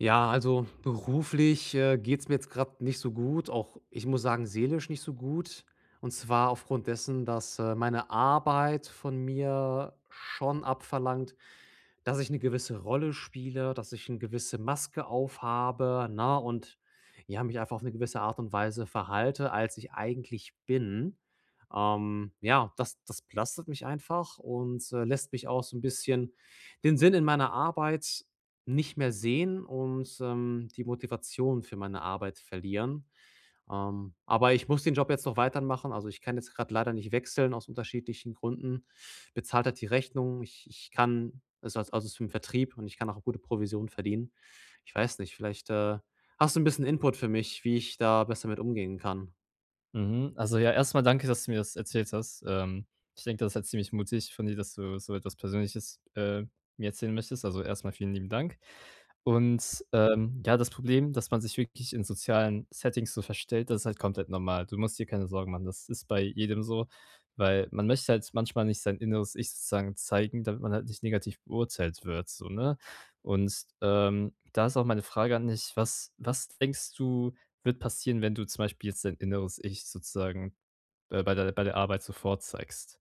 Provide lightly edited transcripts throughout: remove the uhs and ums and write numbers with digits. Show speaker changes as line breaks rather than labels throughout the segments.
Ja, also beruflich, geht's mir jetzt gerade nicht so gut, auch ich muss sagen, seelisch nicht so gut. Und zwar aufgrund dessen, dass, meine Arbeit von mir schon abverlangt, dass ich eine gewisse Rolle spiele, dass ich eine gewisse Maske aufhabe, na und ja, mich einfach auf eine gewisse Art und Weise verhalte, als ich eigentlich bin. Das belastet mich einfach und, lässt mich auch so ein bisschen den Sinn in meiner Arbeit nicht mehr sehen und, die Motivation für meine Arbeit verlieren. Aber ich muss den Job jetzt noch weitermachen. Also, ich kann jetzt gerade leider nicht wechseln aus unterschiedlichen Gründen. Bezahlt hat die Rechnung. Ich kann also es als also, es ist im Vertrieb und ich kann auch gute Provision verdienen. Ich weiß nicht, vielleicht, hast du ein bisschen Input für mich, wie ich da besser mit umgehen kann?
Mhm. Also, ja, erstmal danke, dass du mir das erzählt hast. Ich denke, das ist halt ziemlich mutig von dir, dass du so etwas Persönliches, mir erzählen möchtest. Also, erstmal vielen lieben Dank. Und, ja, das Problem, dass man sich wirklich in sozialen Settings so verstellt, das ist halt komplett normal. Du musst dir keine Sorgen machen. Das ist bei jedem so, weil man möchte halt manchmal nicht sein inneres Ich sozusagen zeigen, damit man halt nicht negativ beurteilt wird, so, ne? Und, da ist auch meine Frage an dich: Was denkst du wird passieren, wenn du zum Beispiel jetzt dein inneres Ich sozusagen, bei der Arbeit so vorzeigst?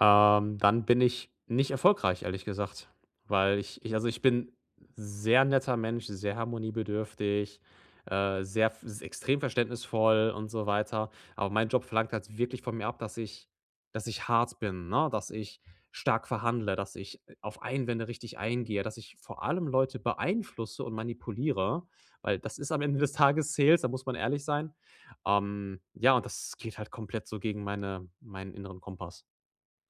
Dann bin ich nicht erfolgreich, ehrlich gesagt, weil ich also, ich bin sehr netter Mensch, sehr harmoniebedürftig, sehr f s extrem verständnisvoll und so weiter. Aber mein Job verlangt halt wirklich von mir ab, dass ich hart bin, ne, dass ich stark verhandle, dass ich, auf Einwände richtig eingehe, dass ich vor allem Leute beeinflusse und manipuliere, weil das ist am Ende des Tages Sales, da muss man ehrlich sein. Ja, und das geht halt komplett so gegen meinen inneren Kompass.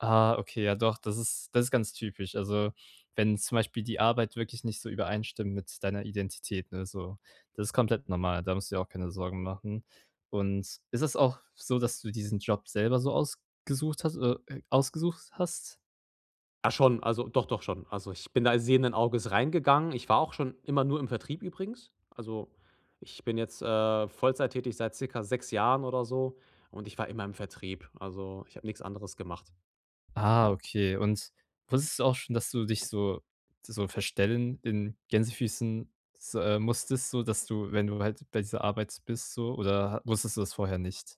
Ah, okay, ja doch, das ist ganz typisch. Also, wenn zum Beispiel die Arbeit wirklich nicht so übereinstimmt mit deiner Identität, ne, so. Das ist komplett normal, da musst du dir auch keine Sorgen machen. Und ist es auch so, dass du diesen Job selber so ausgesucht hast?
Ja, schon, also doch, doch schon. Also, ich bin da sehenden Auges reingegangen. Ich war auch schon immer nur im Vertrieb übrigens. Also, ich bin jetzt, Vollzeit tätig seit circa 6 Jahren oder so und ich war immer im Vertrieb. Also, ich habe nichts anderes gemacht.
Ah, okay. Und wusstest du auch schon, dass du dich so verstellen in Gänsefüßen s musstest, so dass du, wenn du halt bei dieser Arbeit bist so oder ha wusstest du das vorher nicht?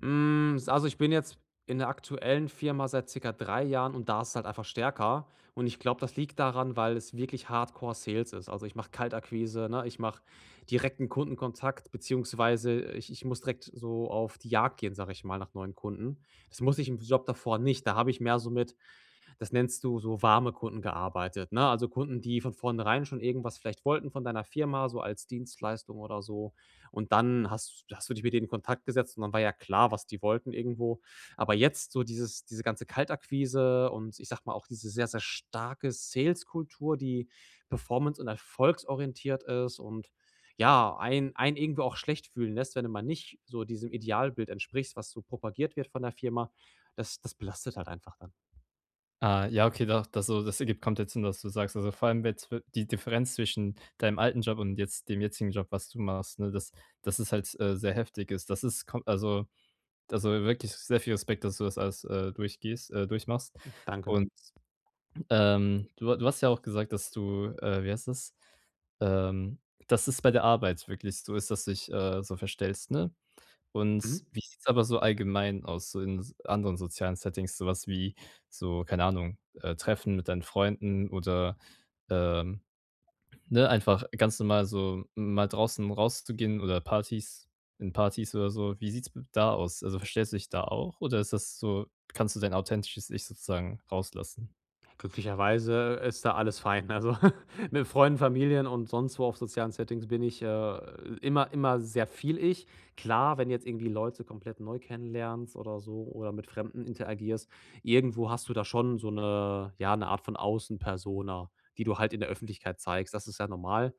Hm, s also, ich bin jetzt in der aktuellen Firma seit circa 3 Jahren und da ist es halt einfach stärker. Und ich glaube, das liegt daran, weil es wirklich Hardcore Sales ist. Also, ich mache Kaltakquise, ne? Ich mache direkten Kundenkontakt, beziehungsweise ich muss direkt so auf die Jagd gehen, sage ich mal, nach neuen Kunden. Das muss ich im Job davor nicht. Da habe ich mehr so mit das nennst du so warme Kunden gearbeitet, ne? Also, Kunden, die von vornherein schon irgendwas vielleicht wollten von deiner Firma, so als Dienstleistung oder so. Und dann hast du dich mit denen in Kontakt gesetzt und dann war ja klar, was die wollten irgendwo. Aber jetzt so diese ganze Kaltakquise und ich sage mal auch diese sehr, sehr starke Sales-Kultur, die performance und erfolgsorientiert ist und ja, einen irgendwie auch schlecht fühlen lässt, wenn man nicht so diesem Idealbild entsprichst, was so propagiert wird von der Firma. Das belastet halt einfach dann.
Ah, ja, okay, doch, das ergibt komplett Sinn, was du sagst. Also, vor allem jetzt w die Differenz zwischen deinem alten Job und jetzt dem jetzigen Job, was du machst, ne, dass es halt, sehr heftig ist. Das ist wirklich sehr viel Respekt, dass du das alles, durchgehst durchmachst.
Danke.
Und du hast ja auch gesagt, dass du, wie heißt das? Ähm, Dass es bei der Arbeit wirklich so ist, dass du dich, so verstellst, ne? Und
Mhm.
wie sieht's aber so allgemein aus, so in s anderen sozialen Settings, sowas wie so, keine Ahnung, Treffen mit deinen Freunden oder, ähm, ne, einfach ganz normal so mal draußen rauszugehen oder Partys oder so. Wie sieht's b da aus? Also, verstellst du dich da auch oder ist das so, kannst du dein authentisches Ich sozusagen rauslassen?
Glücklicherweise ist da alles fein. Also mit Freunden, Familien und sonst wo auf sozialen Settings bin ich immer, immer sehr viel ich. Klar, wenn jetzt irgendwie Leute komplett neu kennenlernst oder so oder mit Fremden interagierst, irgendwo hast du da schon so eine, ja, eine Art von Außenpersona, die du halt in der Öffentlichkeit zeigst. Das ist ja normal.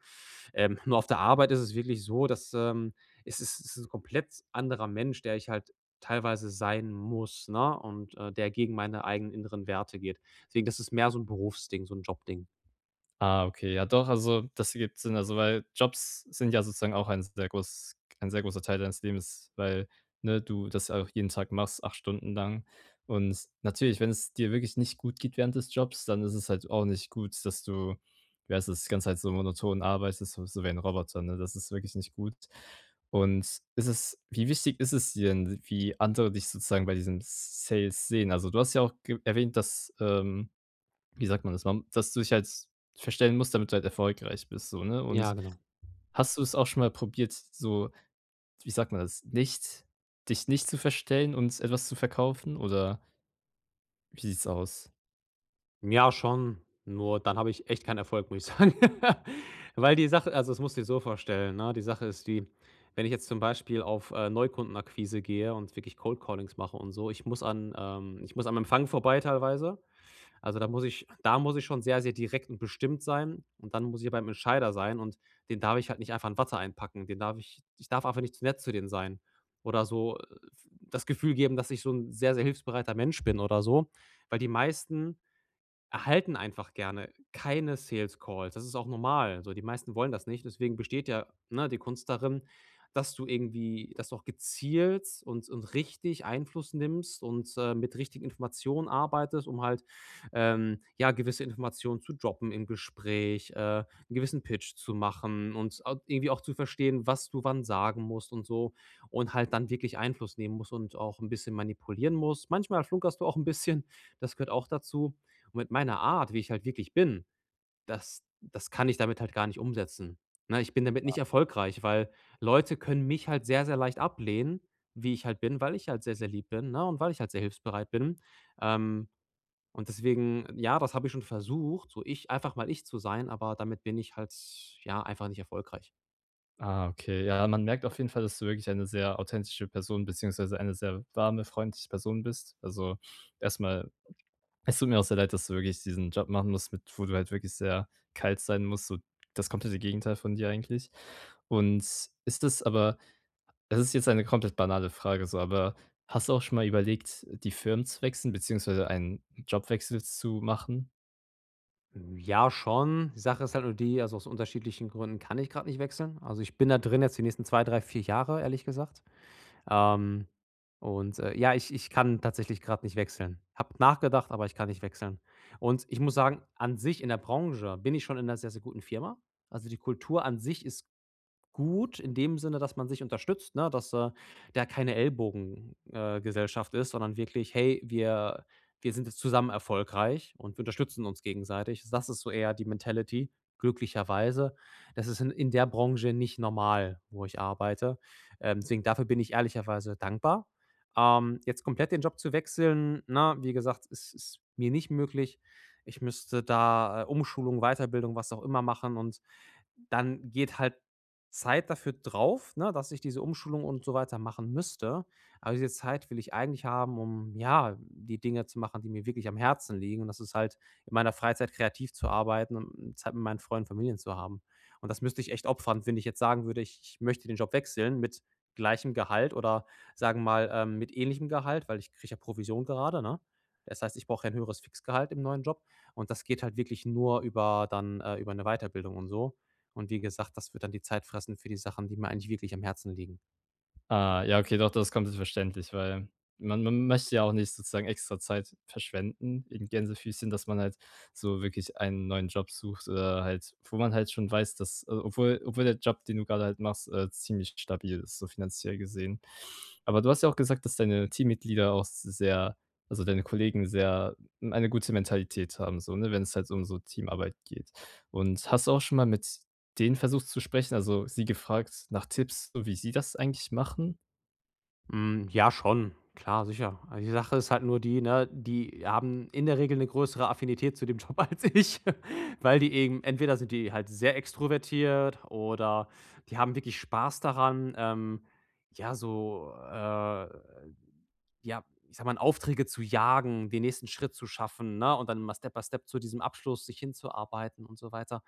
Nur auf der Arbeit ist es wirklich so, dass es ist ein komplett anderer Mensch, der ich halt teilweise sein muss, ne? Und der gegen meine eigenen inneren Werte geht. Deswegen, das ist mehr so 'n Berufsding, so 'n Jobding.
Ah, okay, ja doch, also das ergibt Sinn. Also, weil Jobs sind ja sozusagen auch ein sehr großer Teil deines Lebens, weil, ne, du das auch jeden Tag machst, 8 Stunden lang. Und natürlich, wenn es dir wirklich nicht gut geht während des Jobs, dann ist es halt auch nicht gut, dass du, wie heißt das, die ganze Zeit so monoton arbeitest, so wie ein Roboter, ne? Das ist wirklich nicht gut. Und ist es wie wichtig ist es dir denn, wie andere dich sozusagen bei diesem Sales sehen? Also, du hast ja auch ge erwähnt, dass, wie sagt man das, man dass du dich halt verstellen musst, damit du halt erfolgreich bist so, ne?
Ja,
Und
genau.
hast du es auch schon mal probiert, so, wie sagt man das, nicht dich nicht zu verstellen und etwas zu verkaufen oder wie sieht's aus?
Ja, schon, nur dann habe ich echt keinen Erfolg, muss ich sagen. Weil die Sache also, das musst du dir so vorstellen, ne? Die Sache ist die, wenn ich jetzt zum Beispiel auf, Neukundenakquise gehe und wirklich Cold Callings mache und so, ich muss an ich muss am Empfang vorbei teilweise. Also, da muss ich schon sehr, sehr direkt und bestimmt sein und dann muss ich beim Entscheider sein und den darf ich halt nicht einfach in Watte einpacken. Den darf ich ich darf einfach nicht zu nett zu denen sein oder so, das Gefühl geben, dass ich so ein sehr, sehr hilfsbereiter Mensch bin oder so, weil die meisten erhalten einfach gerne keine Sales Calls. Das ist auch normal. So, die meisten wollen das nicht. Deswegen besteht ja, ne, die Kunst darin, dass du irgendwie, dass du auch gezielt und richtig Einfluss nimmst und mit richtigen Informationen arbeitest, um halt ja gewisse Informationen zu droppen im Gespräch, einen gewissen Pitch zu machen und irgendwie auch zu verstehen, was du wann sagen musst und so und halt dann wirklich Einfluss nehmen musst und auch ein bisschen manipulieren musst. Manchmal flunkerst du auch ein bisschen, das gehört auch dazu und mit meiner Art, wie ich halt wirklich bin, das kann ich damit halt gar nicht umsetzen. Ne, ich bin damit nicht erfolgreich, weil Leute können mich halt sehr, sehr leicht ablehnen, wie ich halt bin, weil ich halt sehr, sehr lieb bin, ne, und weil ich halt sehr hilfsbereit bin. Ähm, und deswegen, ja, das habe ich schon versucht, so ich einfach mal ich zu sein, aber damit bin ich halt, ja, einfach nicht erfolgreich.
Ah, okay. Ja, man merkt auf jeden Fall, dass du wirklich eine sehr authentische Person beziehungsweise eine sehr warme, freundliche Person bist. Also, erstmal, es tut mir auch sehr leid, dass du wirklich diesen Job machen musst, mit wo du halt wirklich sehr kalt sein musst, so das komplette Gegenteil von dir eigentlich. Und ist das aber das ist jetzt eine komplett banale Frage so, aber hast du auch schon mal überlegt, die Firmen zu wechseln, beziehungsweise einen Jobwechsel zu machen?
Ja, schon. Die Sache ist halt nur die, also aus unterschiedlichen Gründen kann ich gerade nicht wechseln. Also, ich bin da drin jetzt die nächsten 2, 3, 4 Jahre, ehrlich gesagt. Ähm, und ja, ich kann tatsächlich gerade nicht wechseln. Hab nachgedacht, aber ich kann nicht wechseln. Und ich muss sagen, an sich in der Branche bin ich schon in einer sehr, sehr guten Firma. Also, die Kultur an sich ist gut in dem Sinne, dass man sich unterstützt, ne? Dass, da keine Ellbogengesellschaft Gesellschaft ist, sondern wirklich: „Hey, wir sind jetzt zusammen erfolgreich und wir unterstützen uns gegenseitig." Das ist so eher die Mentality, glücklicherweise. Das ist in der Branche nicht normal, wo ich arbeite. Deswegen dafür bin ich ehrlicherweise dankbar. Jetzt komplett den Job zu wechseln, na wie gesagt, ist mir nicht möglich. Ich müsste da, Umschulung, Weiterbildung, was auch immer machen und dann geht halt Zeit dafür drauf, ne, dass ich diese Umschulung und so weiter machen müsste. Aber diese Zeit will ich eigentlich haben, um, ja, die Dinge zu machen, die mir wirklich am Herzen liegen. Und das ist halt in meiner Freizeit kreativ zu arbeiten und Zeit mit meinen Freunden, Familien zu haben. Und das müsste ich echt opfern, wenn ich jetzt sagen würde, ich möchte den Job wechseln mit gleichem Gehalt oder sagen wir mal mit ähnlichem Gehalt, weil ich kriege ja Provision gerade, ne? Das heißt, ich brauche ja ein höheres Fixgehalt im neuen Job und das geht halt wirklich nur über dann über eine Weiterbildung und so. Und wie gesagt, das wird dann die Zeit fressen für die Sachen, die mir eigentlich wirklich am Herzen liegen.
Ah, ja, okay, doch, das ist komplett verständlich, weil man möchte ja auch nicht sozusagen extra Zeit verschwenden in Gänsefüßchen, dass man halt so wirklich einen neuen Job sucht oder halt wo man halt schon weiß, dass obwohl der Job, den du gerade halt machst, ziemlich stabil ist, so finanziell gesehen. Aber du hast ja auch gesagt, dass deine Teammitglieder auch sehr also, deine Kollegen sehr eine gute Mentalität haben so, ne, wenn es halt um so Teamarbeit geht. Und hast du auch schon mal mit den versucht zu sprechen, also sie gefragt nach Tipps, so wie sie das eigentlich machen.
Hm, ja, schon. Klar, sicher. Also die Sache ist halt nur die, ne, die haben in der Regel eine größere Affinität zu dem Job als ich, weil die eben entweder sind die halt sehr extrovertiert oder die haben wirklich Spaß daran, ja, so, äh, ja, ich sag mal, in Aufträge zu jagen, den nächsten Schritt zu schaffen, ne, und dann mal Step by Step zu diesem Abschluss sich hinzuarbeiten und so weiter.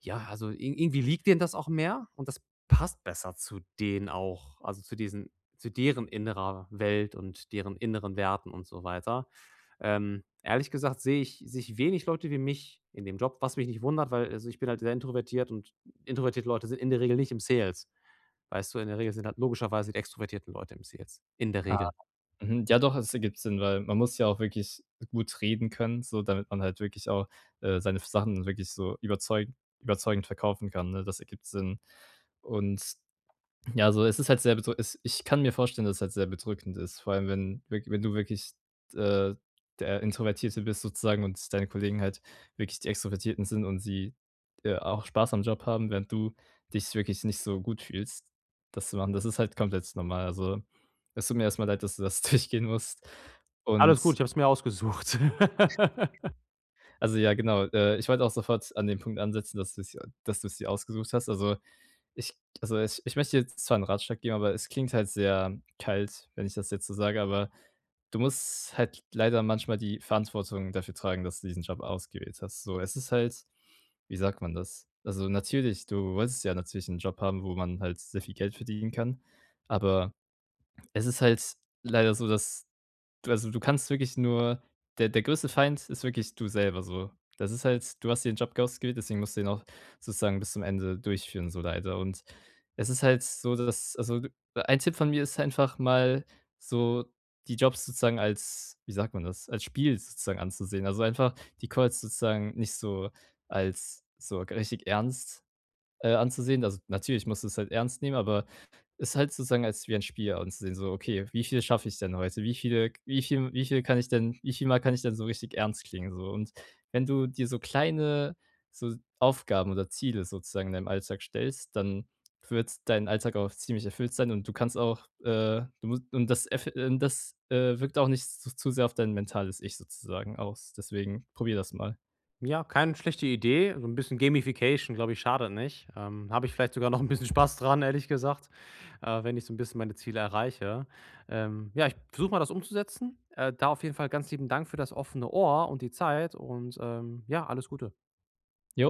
Ja, also ir irgendwie liegt denen das auch mehr und das passt besser zu denen auch, also zu diesen zu deren innerer Welt und deren inneren Werten und so weiter. Ehrlich gesagt sehe ich wenig Leute wie mich in dem Job, was mich nicht wundert, weil also ich bin halt sehr introvertiert und introvertierte Leute sind in der Regel nicht im Sales. Weißt du, in der Regel sind halt logischerweise die extrovertierten Leute im Sales, in der
Ah,
Regel.
mhm, ja doch, es ergibt Sinn, weil man muss ja auch wirklich gut reden können, so damit man halt wirklich auch, seine Sachen wirklich so überzeugend verkaufen kann, ne? Das ergibt Sinn. Und ja, also, es ist halt sehr bedrück es ich kann mir vorstellen, dass es halt sehr bedrückend ist, vor allem, wenn wirk wenn du wirklich, äh, der Introvertierte bist sozusagen und deine Kollegen halt wirklich die Extrovertierten sind und sie, auch Spaß am Job haben, während du dich wirklich nicht so gut fühlst, das zu machen. Das ist halt komplett normal. Also, es tut mir erstmal leid, dass du das durchgehen musst.
Alles gut,
Und
ich habe es mir ausgesucht.
also, ja, genau, ich wollte auch sofort an den Punkt ansetzen, dass du's dir ausgesucht hast. Also, Ich ich möchte jetzt zwar einen Ratschlag geben, aber es klingt halt sehr kalt, wenn ich das jetzt so sage, aber du musst halt leider manchmal die Verantwortung dafür tragen, dass du diesen Job ausgewählt hast. So, es ist halt wie sagt man das? Also, natürlich, du wolltest ja natürlich einen Job haben, wo man halt sehr viel Geld verdienen kann, aber es ist halt leider so, dass Du also, du kannst wirklich nur der größte Feind ist wirklich du selber so. Das ist halt, du hast dir den Job ausgewählt, deswegen musst du ihn auch sozusagen bis zum Ende durchführen, so leider. Und es ist halt so, dass also, d ein Tipp von mir ist einfach mal so, die Jobs sozusagen als, wie sagt man das, als Spiel sozusagen anzusehen. Also, einfach die Calls sozusagen nicht so als so richtig ernst, anzusehen. Also, natürlich musst du es halt ernst nehmen, aber ist halt sozusagen als wie ein Spiel anzusehen, so: „Okay, wie viel schaffe ich denn heute? Wie viele wie viel Mal kann ich denn so richtig ernst klingen?" So, und wenn du dir so kleine so Aufgaben oder Ziele sozusagen in deinem Alltag stellst, dann wird dein Alltag auch ziemlich erfüllt sein und du kannst auch, du musst und das erf und das, wirkt auch nicht zu sehr auf dein mentales Ich sozusagen aus. Deswegen probier das mal.
Ja, keine schlechte Idee. So ein bisschen Gamification, glaube ich, schadet nicht. Habe ich vielleicht sogar noch ein bisschen Spaß dran, ehrlich gesagt, wenn ich so ein bisschen meine Ziele erreiche. Ja, ich versuche mal, das umzusetzen. Da auf jeden Fall ganz lieben Dank für das offene Ohr und die Zeit und, ja, alles Gute.
Jo.